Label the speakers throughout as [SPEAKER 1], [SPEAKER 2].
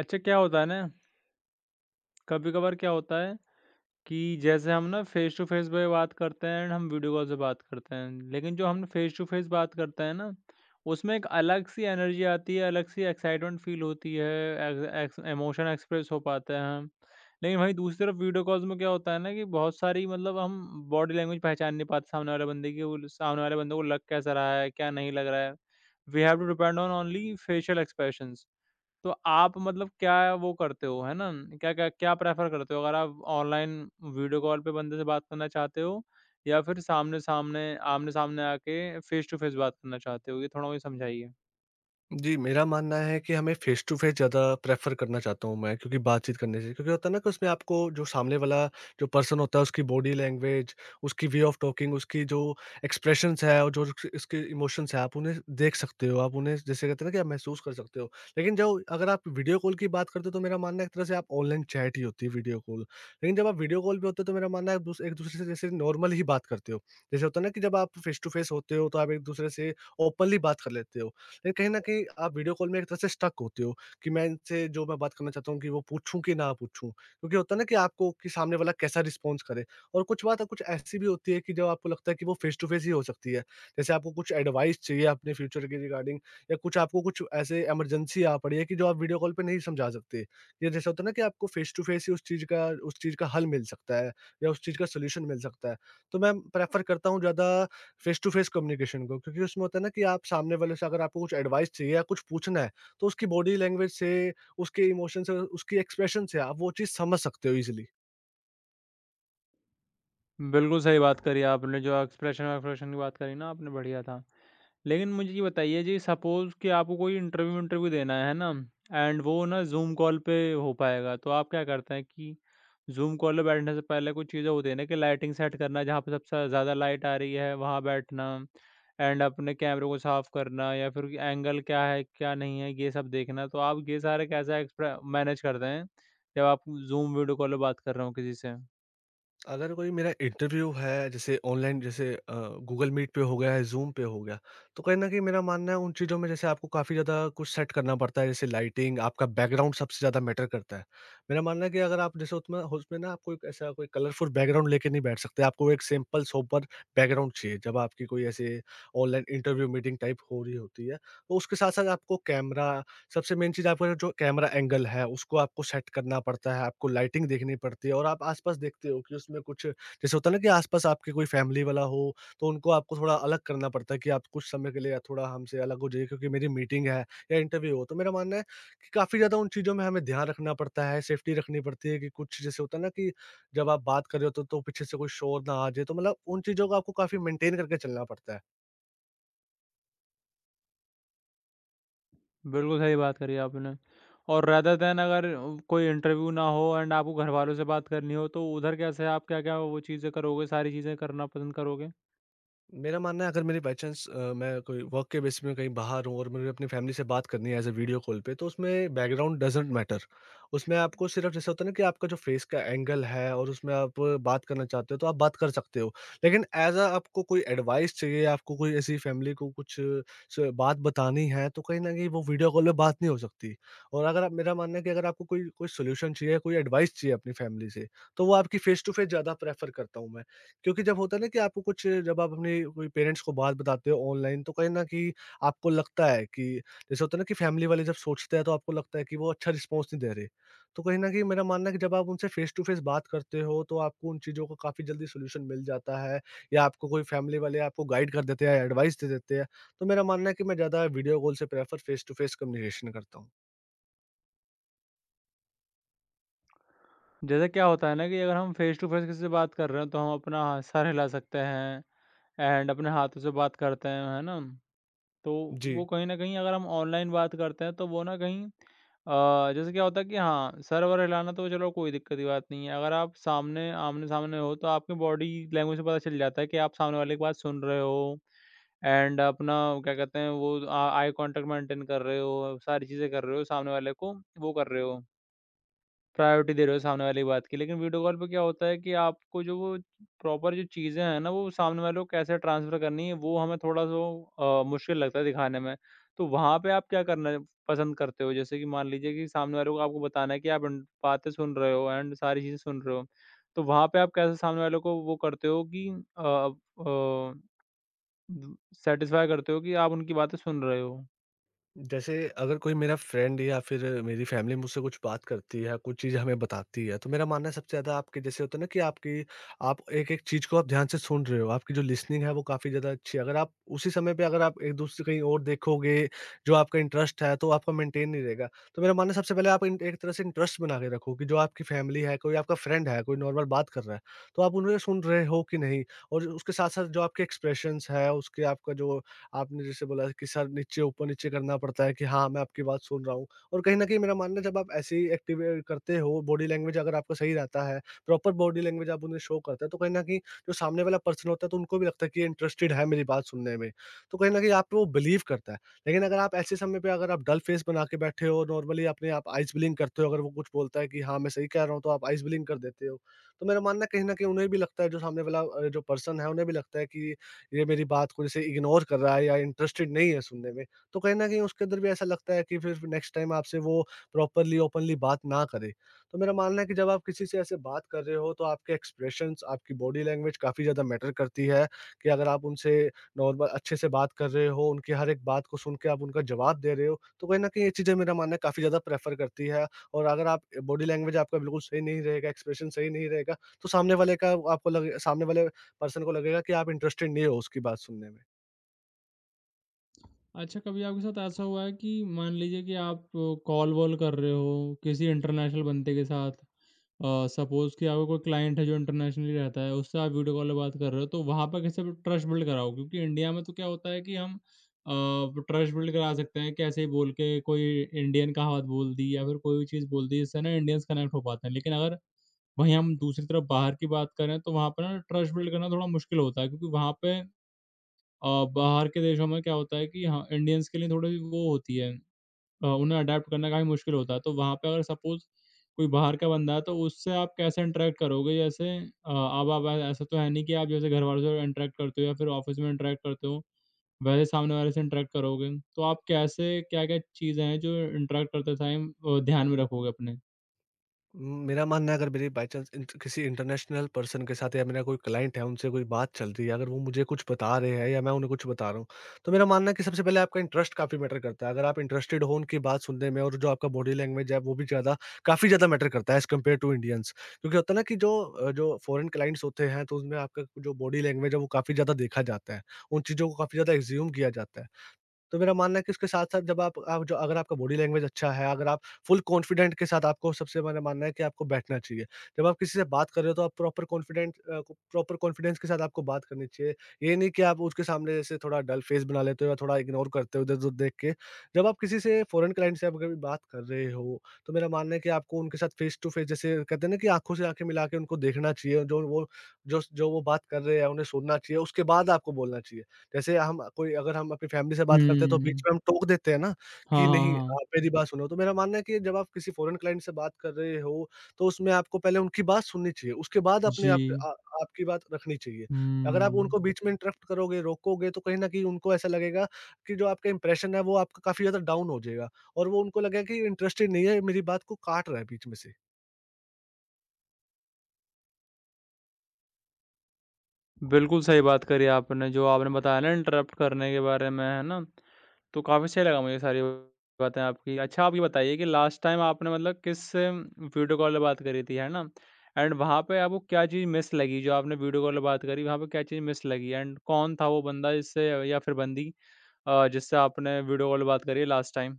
[SPEAKER 1] अच्छा क्या होता है ना, कभी-कभार क्या होता है कि जैसे हम ना फ़ेस टू फ़ेस पे बात करते हैं एंड हम वीडियो कॉल से बात करते हैं। लेकिन जो हम फ़ेस टू फ़ेस बात करते हैं ना, उसमें एक अलग-सी एनर्जी आती है, अलग-सी एक्साइटमेंट फ़ील होती है, एक्स एक्स इमोशन एक्सप्रेस हो पाते हैं हम। लेकिन वहीं दूसरी तरफ वीडियो कॉल्स में क्या होता है ना कि बहुत सारी मतलब हम बॉडी लैंग्वेज पहचान नहीं पाते सामने वाले बंदे की, वो ल सामने वाले बंदे को लग कैसा रहा है, क्या नहीं लग रहा है। We have to depend on only facial expressions. तो आप मतलब क्या वो करते हो, है ना? क्या क्या क्या प्रेफ़र करते हो? अगर आप ऑनलाइन वीडियो कॉल पे बंदे से बात करना चाहते हो या फिर सामने-सामने आमने-सामने आके फ़ेस टू फ़ेस बात करना चाहते हो? ये थोड़ा मुझे समझाइए।
[SPEAKER 2] जी, मेरा मानना है कि हमें फ़ेस टू फ़ेस ज़्यादा प्रेफ़र करना चाहता हूँ मैं, क्योंकि बातचीत करने से क्योंकि होता है ना कि उसमें आपको जो सामने वाला जो पर्सन होता है उसकी बॉडी लैंग्वेज, उसकी वे ऑफ़ टॉकिंग, उसकी जो एक्सप्रेशंस है और जो उस उसके इमोशंस हैं, आप उन्हें देख सकते हो, आप उन्हें जैसे कहते हैं ना कि आप महसूस कर सकते हो। लेकिन जो अगर आप वीडियो कॉल की बात करते हो तो मेरा मानना है एक तरह से आप ऑनलाइन चैट ही होती है वीडियो कॉल। लेकिन जब आप वीडियो कॉल पे होते हो तो मेरा मानना है आप दूस एक-दूसरे से जैसे नॉर्मल ही बात करते हो। जैसे होता है ना कि जब आप फ़ेस टू फ़ेस होते हो तो आप एक-दूसरे से ओपनली बात कर लेते हो। लेकिन कहीं न कहीं आप वीडियो कॉल में एक तरह से स्टक होते हो कि मैं इनसे जो मैं बात करना चाहता हूँ कि वो पूछूँ कि ना पूछूँ? क्योंकि होता है ना कि आपको कि सामने वाला कैसा रिस्पॉन्स करे, और कुछ बात कुछ ऐसी भी होती है कि जब आपको लगता है कि वो फेस टू फेस ही हो सकती है। जैसे आपको कुछ एडवाइस चाहिए अपने फ्यूचर के रिगार्डिंग या कुछ आपको कुछ ऐसे इमरजेंसी आ पड़ी है कि जो आप वीडियो कॉल पे नहीं समझा सकते। या जैसे होता है ना कि आपको फेस टू फेस ही उस चीज़ का हल मिल सकता है या उस चीज़ का सॉल्यूशन मिल सकता है। तो मैं प्रेफ़र करता हूँ ज़्यादा फेस टू फेस कम्युनिकेशन को, क्योंकि उसमें होता है ना कि आप सामने वाले से अगर आपको कुछ एडवाइस चाहिए या कुछ पूछना है, तो उसकी बॉडी लैंग्वेज से, उसके इमोशन से, उसकी एक्सप्रेशन से आप वो चीज़ समझ सकते हो ईज़िली।
[SPEAKER 1] बिल्कुल सही बात करी आपने, जो एक्सप्रेशन-वेक्सप्रेशन की बात करी ना आपने बढ़िया था। लेकिन मुझे ये बताइए जी सपोज़ कि आपको कोई इंटरव्यू इंटरव्यू देना है ना एंड वो ना ज़ूम कॉल पे हो पाएगा, तो आप क्या करते हैं कि ज़ूम कॉल पे बैठने से पहले कुछ चीज़ें होती है ना कि लाइटिंग सेट करना, जहाँ पे सबसे ज़्यादा लाइट आ रही है वहाँ बैठना, एंड अपने कैमरे को साफ़ करना या फिर एंगल क्या है क्या नहीं है ये सब देखना। तो आप ये सारे कैसे एक्सप्रे मैनेज करते हैं जब आप ज़ूम वीडियो कॉल पे बात कर रहे हो किसी से।
[SPEAKER 2] अगर कोई मेरा इंटरव्यू है, जैसे ऑनलाइन, जैसे गूगल मीट पे हो गया है, ज़ूम पे हो गया, तो कहीं न कहीं मेरा मानना है उन चीज़ों में जैसे आपको काफ़ी ज़्यादा कुछ सेट करना पड़ता है, जैसे लाइटिंग, आपका बैकग्राउंड सबसे ज़्यादा मैटर करता है। मेरा मानना है कि अगर आप जैसे उसमें उसमें ना आपको एक ऐसा कोई कलरफुल बैकग्राउंड लेके नहीं बैठ सकते, आपको एक सिंपल सोबर बैकग्राउंड चाहिए जब आपकी कोई ऐसे ऑनलाइन इंटरव्यू मीटिंग टाइप हो रही होती है। तो उसके साथ-साथ आपको कैमरा, सबसे मेन चीज़ आपका जो कैमरा एंगल है, उसको आपको सेट करना पड़ता है, आपको लाइटिंग देखनी पड़ती है और आप आस-पास देखते हो कि उसमें कुछ जैसे होता है ना कि आस-पास आपके कोई फैमिली वाला हो, तो उनको आपको थोड़ा अलग करना पड़ता है कि आप कुछ समय के लिए थोड़ा हमसे अलग हो जाइए क्योंकि मेरी मीटिंग है या इंटरव्यू हो। तो मेरा मानना है कि काफ़ी ज़्यादा उन चीज़ों में हमें ध्यान रखना पड़ता है, सेफ्टी रखनी पड़ती है कि कुछ जैसे होता है ना कि जब आप बात कर रहे होते हो तो पीछे से कोई शोर ना आ जाए, तो मतलब उन चीज़ों को आपको काफ़ी मेंटेन करके चलना पड़ता है।
[SPEAKER 1] बिल्कुल सही बात करी आपने। और रेदर देन अगर उ कोई इंटरव्यू ना हो एंड आपको घरवालों से बात करनी हो, तो उधर कैसे आप क्या-क्या वो चीज़ें करोगे, सारी चीज़ें करना पसंद करोगे?
[SPEAKER 2] मेरा मानना है, अगर मेरी बाई चांस मैं कोई वर्क के बेस में कहीं बाहर हूँ और मुझे अपनी फैमिली से बात करनी है एज़ अ वीडियो कॉल पे, तो उसमें बैकग्राउंड डज़न्ट मैटर। उसमें आपको सिर्फ़ जैसा होता है ना कि आपका जो फ़ेस का एंगल है और उसमें आप बात करना चाहते हो तो आप बात कर सकते हो। लेकिन एज़ अ आपको कोई एडवाइस चाहिए, आपको कोई ऐसी फैमिली को कुछ स बात बतानी है, तो कहीं न कहीं वो वीडियो कॉल में बात नहीं हो सकती। और अगर आप, मेरा मानना है कि अगर आपको कोई कोई सॉल्यूशन चाहिए, कोई एडवाइस चाहिए अपनी फैमिली से, तो वो आपकी फ़ेस टू फ़ेस ज़्यादा प्रेफ़र करता हूँ मैं। क्योंकि जब होता है ना कि आपको कुछ, जब आप अपने कोई पेरेंट्स को बात बताते हो ऑनलाइन, तो कहीं न कहीं आपको लगता है कि जैसे होता है ना कि फैमिली वाले जब सोचते हैं तो आपको लगता है कि वो अच्छा रिस्पॉन्स नहीं दे रहे। तो कहीं न कहीं मेरा मानना है कि जब आप उनसे फ़ेस टू फ़ेस बात करते हो तो आपको उन चीज़ों का काफ़ी जल्दी सॉल्यूशन मिल जाता है, या आपको कोई फैमिली वाले आपको गाइड कर देते हैं, एडवाइस दे देते हैं। तो मेरा मानना है कि मैं ज़्यादा वीडियो कॉल से prefer face to face communication करता हूँ।
[SPEAKER 1] जैसे क्या होता है ना कि अगर हम फेस टू फेस किसी से बात कर रहे हैं तो हम अपना सर हिला सकते हैं एंड अपने हाथों से बात करते हैं, है ना? तो
[SPEAKER 2] जी।
[SPEAKER 1] वो कहीं न कहीं अगर हम ऑनलाइन बात करते हैं तो वो ना कहीं जैसे क्या होता है कि हाँ, सर्वर हिलाना तो चलो कोई दिक्कत की बात नहीं है। अगर आप सामने आमने-सामने हो तो आपकी बॉडी लैंग्वेज से पता चल जाता है कि आप सामने वाले की बात सुन रहे हो एंड अपना क्या कहते हैं वो आई कॉन्टैक्ट मेंटेन कर रहे हो, सारी चीज़ें कर रहे हो, सामने वाले को वो कर रहे हो। प्रायोरिटी दे रहे हो सामने वाली बात की। लेकिन वीडियो कॉल पे क्या होता है कि आपको जो वो प्रॉपर जो चीज़ें हैं ना, वो सामने वाले को कैसे ट्रांसफ़र करनी है, वो हमें थोड़ा-सा मुश्किल लगता है दिखाने में। तो वहाँ पे आप क्या करना पसंद करते हो? जैसे कि मान लीजिए कि सामने वाले को आपको बताना है कि आप इन बातें सुन रहे हो एंड सारी चीज़ें सुन रहे हो। तो वहाँ पे आप कैसे सामने वाले को वो करते हो कि अ अ, सैटिस्फ़ाई करते हो कि आप उनकी बातें सुन रहे हो?
[SPEAKER 2] जैसे अगर कोई मेरा फ्रेंड या फिर मेरी फैमिली मुझसे कुछ बात करती है, कुछ चीज़ हमें बताती है, तो मेरा मानना है सबसे ज़्यादा आपके जैसे होता है ना कि आपकी, आप एक-एक चीज़ को आप ध्यान से सुन रहे हो, आपकी जो लिसनिंग है वो काफ़ी ज़्यादा अच्छी है। अगर आप उसी समय पे, अगर आप एक-दूसरे कहीं और देखोगे, जो आपका इंटरेस्ट है तो आपका मेंटेन नहीं रहेगा। तो मेरा मानना है सबसे पहले आप इन एक तरह से इंटरेस्ट बना के रखो कि जो आपकी फैमिली है, कोई आपका फ्रेंड है, कोई नॉर्मल बात कर रहा है, तो आप उन्हें सुन रहे हो कि नहीं, और उसके साथ-साथ जो आपके एक्सप्रेशंस है, उसके आपका जो, आपने जैसे बोला कि सर नीचे ऊपर नीचे करना पड़ता है कि हाँ, मैं आपकी बात सुन रहा हूँ, और कहीं न कहीं मेरा मानना है जब आप ऐसी एक्टिव करते हो, बॉडी लैंग्वेज अगर आपका सही रहता है, प्रॉपर बॉडी लैंग्वेज आप उन्हें शो करते हैं, तो कहीं न कहीं जो सामने वाला पर्सन होता है तो उनको भी लगता है कि ये इंटरेस्टेड है मेरी बात सुनने में। तो कहीं न कहीं आप पे वो बिलीव करता है। लेकिन अगर आप ऐसे समय पे, अगर आप डल फेस बना के बैठे हो, नॉर्मली अपने आप आइज़ ब्लिंक करते हो, अगर वो कुछ बोलता है कि हाँ, मैं सही कह रहा हूँ, तो आप आइज़ ब्लिंक कर देते हो। तो मेरा मानना है कहीं न कहीं उन्हें भी लगता है, जो सामने वाला जो पर्सन है, उन्हें भी लगता है कि ये मेरी बात को जैसे इग्नोर कर रहा है या इंटरेस्टेड नहीं है सुनने में, तो कहीं न कहीं उसके अंदर भी ऐसा लगता है कि फिर नेक्स्ट टाइम आपसे वो प्रॉपरली, ओपनली बात ना करे। तो मेरा मानना है कि जब आप किसी से ऐसे बात कर रहे हो, तो आपके एक्सप्रेशंस, आपकी बॉडी लैंग्वेज काफ़ी ज़्यादा मैटर करती है कि अगर आप उनसे नॉर्मल अच्छे से बात कर रहे हो, उनकी हर एक बात को सुन के आप उनका जवाब दे रहे हो, तो कहीं न कहीं ये चीज़ें मेरा मानना है काफ़ी ज़्यादा प्रेफ़र करती है। और अगर आप बॉडी लैंग्वेज आपका बिल्कुल सही नहीं रहेगा, एक्सप्रेशन सही नहीं रहेगा, तो सामने वाले का, आपको लगे, सामने वाले पर्सन को लगेगा कि आप इंटरेस्टेड नहीं हो उसकी बात सुनने में।
[SPEAKER 1] अच्छा, कभी आपके साथ ऐसा हुआ है कि मान लीजिए कि आप कॉल-वॉल कर रहे हो किसी इंटरनेशनल बंदे के साथ, सपोज़ कि आपका कोई क्लाइंट है जो इंटरनेशनली रहता है, उससे आप वीडियो कॉल पे बात कर रहे हो, तो वहाँ पर कैसे ट्रस्ट बिल्ड कराओगे? क्योंकि इंडिया में तो क्या होता है कि हम अ, ट्रस्ट बिल्ड करा सकते हैं कि ऐसे ही बोल के कोई इंडियन कहावत बोल दी या फिर कोई भी चीज़ बोल दी, जिससे ना इंडियंस कनेक्ट हो पाते हैं। लेकिन अगर वहीं हम दूसरी तरफ बाहर की बात करें, तो वहाँ पर ना ट्रस्ट बिल्ड करना थोड़ा मुश्किल होता है क्योंकि वहाँ पे बाहर के देशों में क्या होता है कि हाँ, इंडियंस के लिए थोड़ी वो होती है, उन्हें अडैप्ट करना काफ़ी मुश्किल होता है। तो वहाँ पे अगर सपोज़ कोई बाहर का बंदा है, तो उससे आप कैसे इंटरैक्ट करोगे? जैसे अब आप ऐसा तो है नहीं कि आप जैसे घरवालों से इंटरैक्ट करते हो या फिर ऑफ़िस में इंटरैक्ट करते हो, वैसे सामने वाले से इंटरैक्ट करोगे। तो आप कैसे क्या-क्या चीज़ें हैं जो इंटरैक्ट करते टाइम ध्यान में रखोगे अपने?
[SPEAKER 2] मेरा मानना है, अगर मेरी बाय चांस इंट किसी इंटरनेशनल पर्सन के साथ या मेरा कोई क्लाइंट है, उनसे कोई बात चल रही है, अगर वो मुझे कुछ बता रहे हैं या मैं उन्हें कुछ बता रहा हूँ, तो मेरा मानना है कि सबसे पहले आपका इंटरेस्ट काफ़ी मैटर करता है। अगर आप इंटरेस्टेड हो उनकी बात सुनने में, और जो आपका बॉडी लैंग्वेज है, वो भी ज़्यादा काफ़ी ज़्यादा मैटर करता है एज़ कम्पेयर टू इंडियंस। क्योंकि होता है ना कि जो जो फॉरेन क्लाइंट्स होते हैं, तो उसमें आपका जो बॉडी लैंग्वेज है, वो काफ़ी ज़्यादा देखा जाता है। उन चीज़ों को काफ़ी ज़्यादा एज़्यूम किया जाता है। तो मेरा मानना है कि उसके साथ-साथ जब आप जो, अगर आपका बॉडी लैंग्वेज अच्छा है, अगर आप फुल कॉन्फिडेंट के साथ, आपको सबसे, मेरा मानना है कि आपको बैठना चाहिए। जब आप किसी से बात कर रहे हो तो आप प्रॉपर कॉन्फिडेंस के साथ आपको बात करनी चाहिए। ये नहीं कि आप उसके सामने जैसे थोड़ा डल फेस बना लेते हो या थोड़ा इग्नोर करते हो इधर-उधर देख के। जब आप किसी से, फ़ॉरेन क्लाइंट से आप कभी बात कर रहे हो, तो मेरा मानना है कि आपको उनके साथ फेस टू फेस, जैसे कहते हैं ना कि आँखों से आँखें मिला के उनको देखना चाहिए। जो जो वो बात कर रहे हैं उन्हें सुनना चाहिए, उसके बाद आपको बोलना चाहिए। जैसे हम कोई, अगर हम अपनी फैमिली से बात करते हैं तो
[SPEAKER 1] हुँ।
[SPEAKER 2] बीच में हम टोक देते हैं ना
[SPEAKER 1] हाँ,
[SPEAKER 2] कि
[SPEAKER 1] हाँ,
[SPEAKER 2] नहीं, आप
[SPEAKER 1] हाँ।
[SPEAKER 2] मेरी बात सुनो। तो मेरा मानना है कि जब आप किसी फ़ॉरेन क्लाइंट से बात कर रहे हो तो उसमें आपको पहले उनकी बात सुननी चाहिए, उसके बाद अपने आप,
[SPEAKER 1] जी।
[SPEAKER 2] आपकी बात रखनी चाहिए। अगर आप
[SPEAKER 1] हुँ।
[SPEAKER 2] उनको बीच में इंटरप्ट करोगे, रोकोगे, तो कहीं न कहीं उनको ऐसा लगेगा कि जो आपका इंप्रेशन है वो आपका काफ़ी ज़्यादा डाउन हो जाएगा और वो, उनको लगेगा कि इंटरेस्टेड नहीं है, मेरी बात को काट रहा है बीच में से।
[SPEAKER 1] बिल्कुल सही बात करी आपने, जो आपने बताया ना इंटरप्ट करने के बारे में, है ना? तो काफ़ी सही लगा मुझे सारी बातें आपकी। अच्छा आप ये बताइए कि लास्ट टाइम आपने मतलब किस वीडियो कॉल पे बात करी थी, है ना? एंड वहाँ पे आपको क्या चीज़ मिस लगी, जो आपने वीडियो कॉल पे बात करी, वहाँ पे क्या चीज़ मिस लगी? एंड कौन था वो बंदा जिससे या फिर बंदी, जिससे आपने वीडियो कॉल पे बात करी है लास्ट टाइम?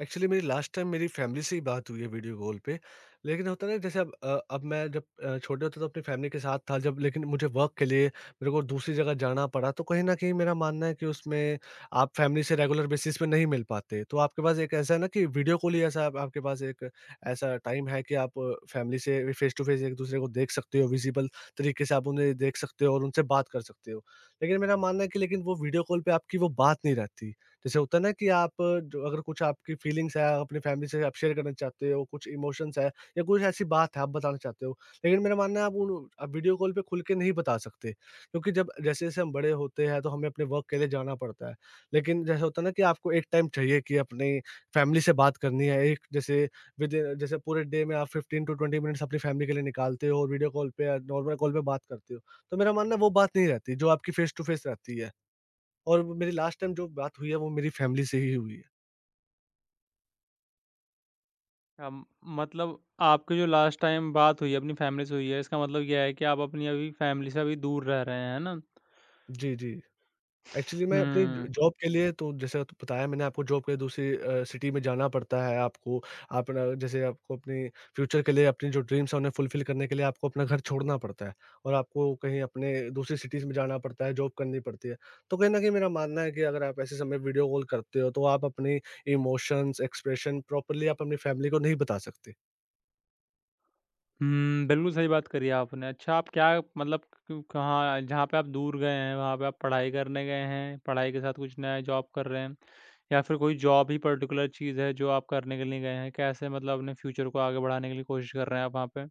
[SPEAKER 2] एक्चुअली मेरी लास्ट टाइम मेरी फैमिली से ही बात हुई है वीडियो कॉल पे। लेकिन होता है ना, जैसे अब मैं, जब छोटे होते तो अपनी फैमिली के साथ था जब लेकिन मुझे वर्क के लिए मेरे को दूसरी जगह जाना पड़ा, तो कहीं न कहीं मेरा मानना है कि उसमें आप फैमिली से रेगुलर बेसिस पे नहीं मिल पाते। तो आपके पास एक ऐसा है ना कि वीडियो कॉल ही, ऐसा आपके पास एक ऐसा टाइम है कि आप फैमिली से फेस टू फेस एक-दूसरे को देख सकते हो, विज़िबल तरीके से आप उन्हें देख सकते हो और उनसे बात कर सकते हो। लेकिन मेरा मानना है कि लेकिन वो वीडियो कॉल पे आपकी वो बात नहीं रहती। जैसे होता है ना कि आप जो अगर कुछ आपकी फीलिंग्स है आप अपनी फैमिली से आप शेयर करना चाहते हो, कुछ इमोशंस है या कुछ ऐसी बात है आप बताना चाहते हो। लेकिन मेरा मानना है आप उन आप वीडियो कॉल पे खुल के नहीं बता सकते, क्योंकि जब जैसे-जैसे हम बड़े होते हैं तो हमें अपने वर्क के लिए जाना पड़ता है। लेकिन जैसे होता है ना कि आपको एक टाइम चाहिए कि अपनी फैमिली से बात करनी है। एक जैसे विद जैसे पूरे डे में आप 15 टू 20 मिनट्स अपनी फैमिली के लिए निकालते हो और वीडियो कॉल पे या नॉर्मल कॉल पे बात करते हो। तो मेरा मानना है वो बात नहीं रहती जो आपकी फेस टू फेस रहती है। और वो मेरी लास्ट टाइम जो बात हुई है वो मेरी फैमिली से ही हुई है।
[SPEAKER 1] अम, मतलब आपकी जो लास्ट टाइम बात हुई है अपनी फैमिली से हुई है, इसका मतलब ये है कि आप अपनी अभी फैमिली से अभी दूर रह रहे हैं, है ना?
[SPEAKER 2] जी, जी। एक्चुअली मैं अपनी ज
[SPEAKER 1] हुँ।
[SPEAKER 2] जॉब के लिए तो जैसे तो बताया मैंने आपको, जॉब के लिए दूसरी सिटी में जाना पड़ता है आपको। अपना जैसे आपको अपने फ्यूचर के लिए अपनी जो ड्रीम्स हैं उन्हें फुलफिल करने के लिए आपको अपना घर छोड़ना पड़ता है और आपको कहीं अपने दूसरी सिटीज़ में जाना पड़ता है, जॉब करनी पड़ती है। तो कहीं न कहीं मेरा मानना है कि अगर आप ऐसे समय वीडियो कॉल करते हो तो आप अपने इमोशंस, एक्सप्रेशन प्रॉपरली आप अपनी फैमिली को नहीं बता सकते।
[SPEAKER 1] हुँ, बिल्कुल सही बात करी आपने। अच्छा आप क्या मतलब क कहाँ जहाँ पे आप दूर गए हैं, वहाँ पे आप पढ़ाई करने गए हैं, पढ़ाई के साथ कुछ नया जॉब कर रहे हैं? या फिर कोई जॉब ही पर्टिकुलर चीज़ है जो आप करने के लिए गए हैं? कैसे मतलब अपने फ्यूचर को आगे बढ़ाने के लिए कोशिश कर रहे हैं आप वहाँ पे?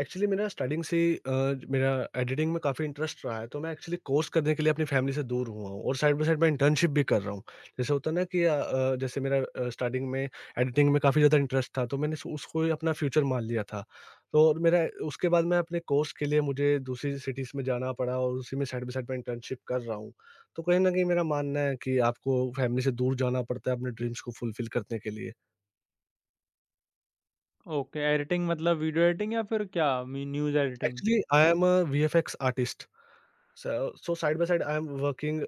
[SPEAKER 2] एक्चुअली मेरा स्टार्टिंग से अ, मेरा एडिटिंग में काफ़ी इंटरेस्ट रहा है, तो मैं एक्चुअली कोर्स करने के लिए अपनी फैमिली से दूर हुआ हूँ और साइड बाय साइड मैं इंटर्नशिप भी कर रहा हूँ। जैसे होता है ना कि जैसे मेरा स्टार्टिंग में एडिटिंग में काफ़ी ज़्यादा इंटरेस्ट था, तो मैंने सो उसको ही अपना फ्यूचर मान लिया था। तो और मेरा उसके बाद मैं अपने कोर्स के लिए मुझे दूसरी सिटीज़ में जाना पड़ा और उसी में साइड बाय साइड मैं इंटर्नशिप कर रहा हूँ। तो कहीं न कहीं मेरा मानना है कि आपको फैमिली से दूर जाना पड़ता है अपने ड्रीम्स को फुलफ़िल करने के लिए।
[SPEAKER 1] ओके, एडिटिंग मतलब वीडियो एडिटिंग या फिर क्या मी news editing?
[SPEAKER 2] Actually I am a VFX artist. So, so side by side, I'm working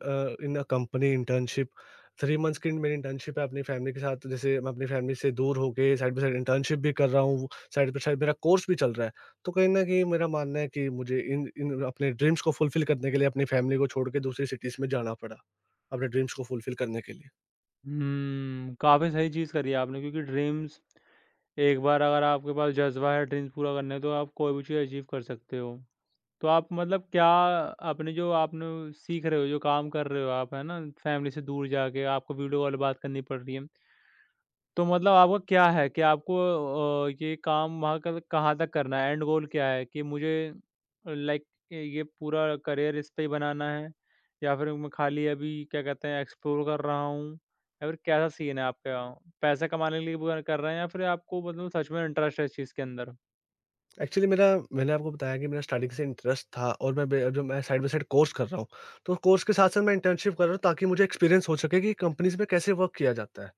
[SPEAKER 2] in a company internship. Three months की मेरी इंटर्नशिप है अपनी फैमिली के साथ, जैसे मैं अपनी फैमिली से दूर होके साइड बाय साइड इंटर्नशिप भी कर रहा हूँ, साइड बाय साइड मेरा कोर्स भी चल रहा है। तो कहीं ना कहीं मेरा मानना है कि मुझे इन इन अपने ड्रीम्स को फुलफिल करने के लिए अपनी फैमिली को छोड़ के दूसरी सिटीज़ में जाना पड़ा अपने ड्रीम्स को फुलफिल करने के लिए।
[SPEAKER 1] हुँ, काफ़ी सही चीज़ करी है आपने क्योंकि ड्रीम्स एक बार अगर आपके पास जज़्बा है ड्रीम्स पूरा करने तो आप कोई भी चीज़ अचीव कर सकते हो। तो आप मतलब क्या आपने जो आपने सीख रहे हो, जो काम कर रहे हो आप, है ना? फैमिली से दूर जाके आपको वीडियो कॉल बात करनी पड़ रही है। तो मतलब आपका क्या है कि आपको ये काम वहाँ का कहाँ तक करना है? एंड गोल क्या है कि मुझे लाइक ये पूरा करियर इस पे ही बनाना है या फिर मैं खाली अभी क्या कहते हैं एक्सप्लोर कर रहा हूँ या फिर कैसा सीन है आपका? पैसा कमाने के लिए वो कर रहे हैं या फिर आपको मतलब सच में इंटरेस्ट है इस चीज़ के अंदर?
[SPEAKER 2] एक्चुअली मेरा मैंने आपको बताया कि मेरा स्टार्टिंग से इंटरेस्ट था, और मैं बे- जो मैं साइड बाय साइड कोर्स कर रहा हूँ तो कोर्स के साथ साथ मैं इंटर्नशिप कर रहा हूँ ताकि मुझे एक्सपीरियंस हो सके कि कंपनीज में कैसे वर्क किया जाता है।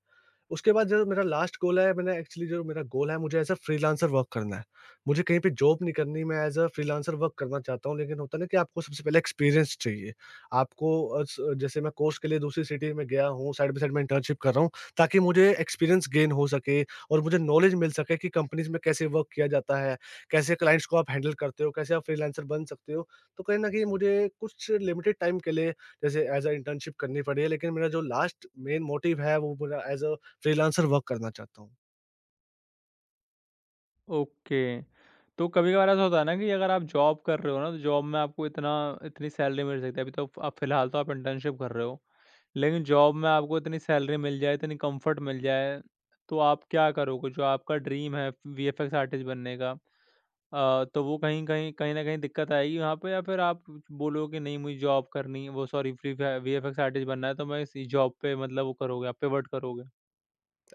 [SPEAKER 2] उसके बाद जो मेरा लास्ट गोल है, मैंने एक्चुअली जो मेरा गोल है मुझे एज़ अ फ्रीलांसर वर्क करना है। मुझे कहीं पे जॉब नहीं करनी, मैं एज़ अ फ्रीलांसर वर्क करना चाहता हूँ, लेकिन होता है ना कि आपको सबसे पहले एक्सपीरियंस चाहिए। आपको स जैसे मैं कोर्स के लिए दूसरी सिटी में गया हूँ, साइड बाय साइड मैं इंटर्नशिप कर रहा हूँ ताकि मुझे एक्सपीरियंस गेन हो सके और मुझे नॉलेज मिल सके कि कंपनीज़ में कैसे वर्क किया जाता है, कैसे क्लाइंट्स को आप हैंडल करते हो, कैसे आप फ्रीलांसर बन सकते हो। तो कहीं न कहीं मुझे कुछ लिमिटेड टाइम के लिए जैसे एज़ अ इंटर्नशिप करनी पड़ी है, लेकिन मेरा जो लास्ट मेन मोटिव है वो मेरा एज़ अ फ्रीलांसर वर्क करना चाहता हूँ।
[SPEAKER 1] ओके। तो कभी-कभार ऐसा होता है ना कि अगर आप जॉब कर रहे हो ना, तो जॉब में आपको इतना इतनी सैलरी मिल सकती है। अभी तो आप फिलहाल तो आप इंटर्नशिप कर रहे हो। लेकिन जॉब में आपको इतनी सैलरी मिल जाए, इतनी कम्फर्ट मिल जाए, तो आप क्या करोगे? जो आपका ड्रीम है वीएफएक्स आर्टिस्ट बनने का, तो वो कहीं कहीं कहीं न कहीं दिक्कत आएगी वहाँ पे, या फिर आप बोलोगे कि नहीं मुझे जॉब करनी है वो सॉरी वीएफएक्स आर्टिस्ट बनना है तो मैं इसी जॉब पे मतलब वो करोगे, आप पिवट करोगे?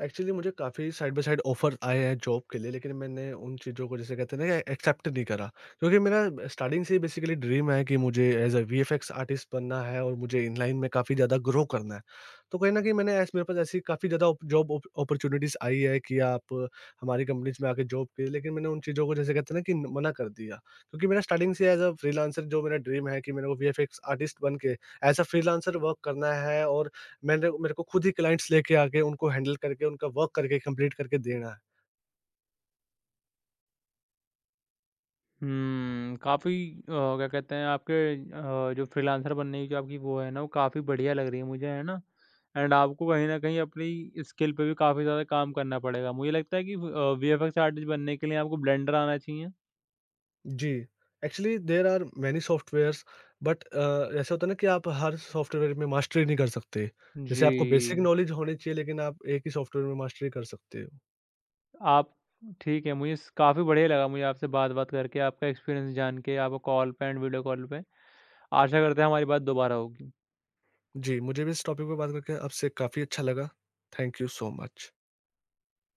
[SPEAKER 2] एक्चुअली मुझे काफ़ी साइड बाय साइड ऑफ़र आए हैं जॉब के लिए, लेकिन मैंने उन चीज़ों को जैसे कहते हैं ना एक्सेप्ट नहीं करा। क्योंकि मेरा स्टार्टिंग से ही बेसिकली ड्रीम है कि मुझे एज़ अ वीएफएक्स आर्टिस्ट बनना है और मुझे इनलाइन में काफ़ी ज़्यादा ग्रो करना है। तो कहीं न कहीं मैंने ऐस मेरे पास ऐसी काफ़ी ज़्यादा ओप जॉब ओप अपॉर्च्युनिटीज़ आई है कि आप हमारी कंपनीज़ में आके जॉब कीजिए, लेकिन मैंने उन चीज़ों को जैसे कहते हैं ना कि न- मना कर दिया। क्योंकि मेरा स्टार्टिंग से एज़ अ फ्रीलांसर जो मेरा ड्रीम है कि मेरे को वीएफएक्स आर्टिस्ट बन के एज़ अ फ्रीलांसर वर्क करना है और मैंने मेरे को खुद ही क्लाइंट्स लेके आके उनको हैंडल करके उनका वर्क करके कंप्लीट करके देना है।
[SPEAKER 1] हुँ, काफ़ी क्या कहते हैं आपके जो फ्रीलांसर बनने की जो आपकी वो है ना, वो काफ़ी बढ़िया लग रही है मुझे, है ना? एंड आपको कहीं न कहीं अपनी स्किल पे भी काफ़ी ज़्यादा काम करना पड़ेगा। मुझे लगता है कि वीएफएक्स आर्टिस्ट बनने के लिए आपको ब्लेंडर आना चाहिए।
[SPEAKER 2] जी, actually there are many softwares, but ऐसा होता है ना कि आप हर सॉफ्टवेयर में मास्टरी नहीं कर सकते। जैसे
[SPEAKER 1] जी।
[SPEAKER 2] आपको बेसिक नॉलेज होनी चाहिए लेकिन आप एक ही सॉफ्टवेयर में मास्टरी कर सकते हो।
[SPEAKER 1] आप ठीक है, मुझे स काफ़ी बढ़िया लगा मुझे आपसे बात-वात करके, आपका एक्सपीरियंस जान के, आपको कॉल पे एंड वीडियो कॉल पे। आशा करते हैं हमारी बात दोबारा होगी।
[SPEAKER 2] जी, मुझे भी इस टॉपिक पे बात करके आपसे काफ़ी अच्छा लगा। Thank you so much.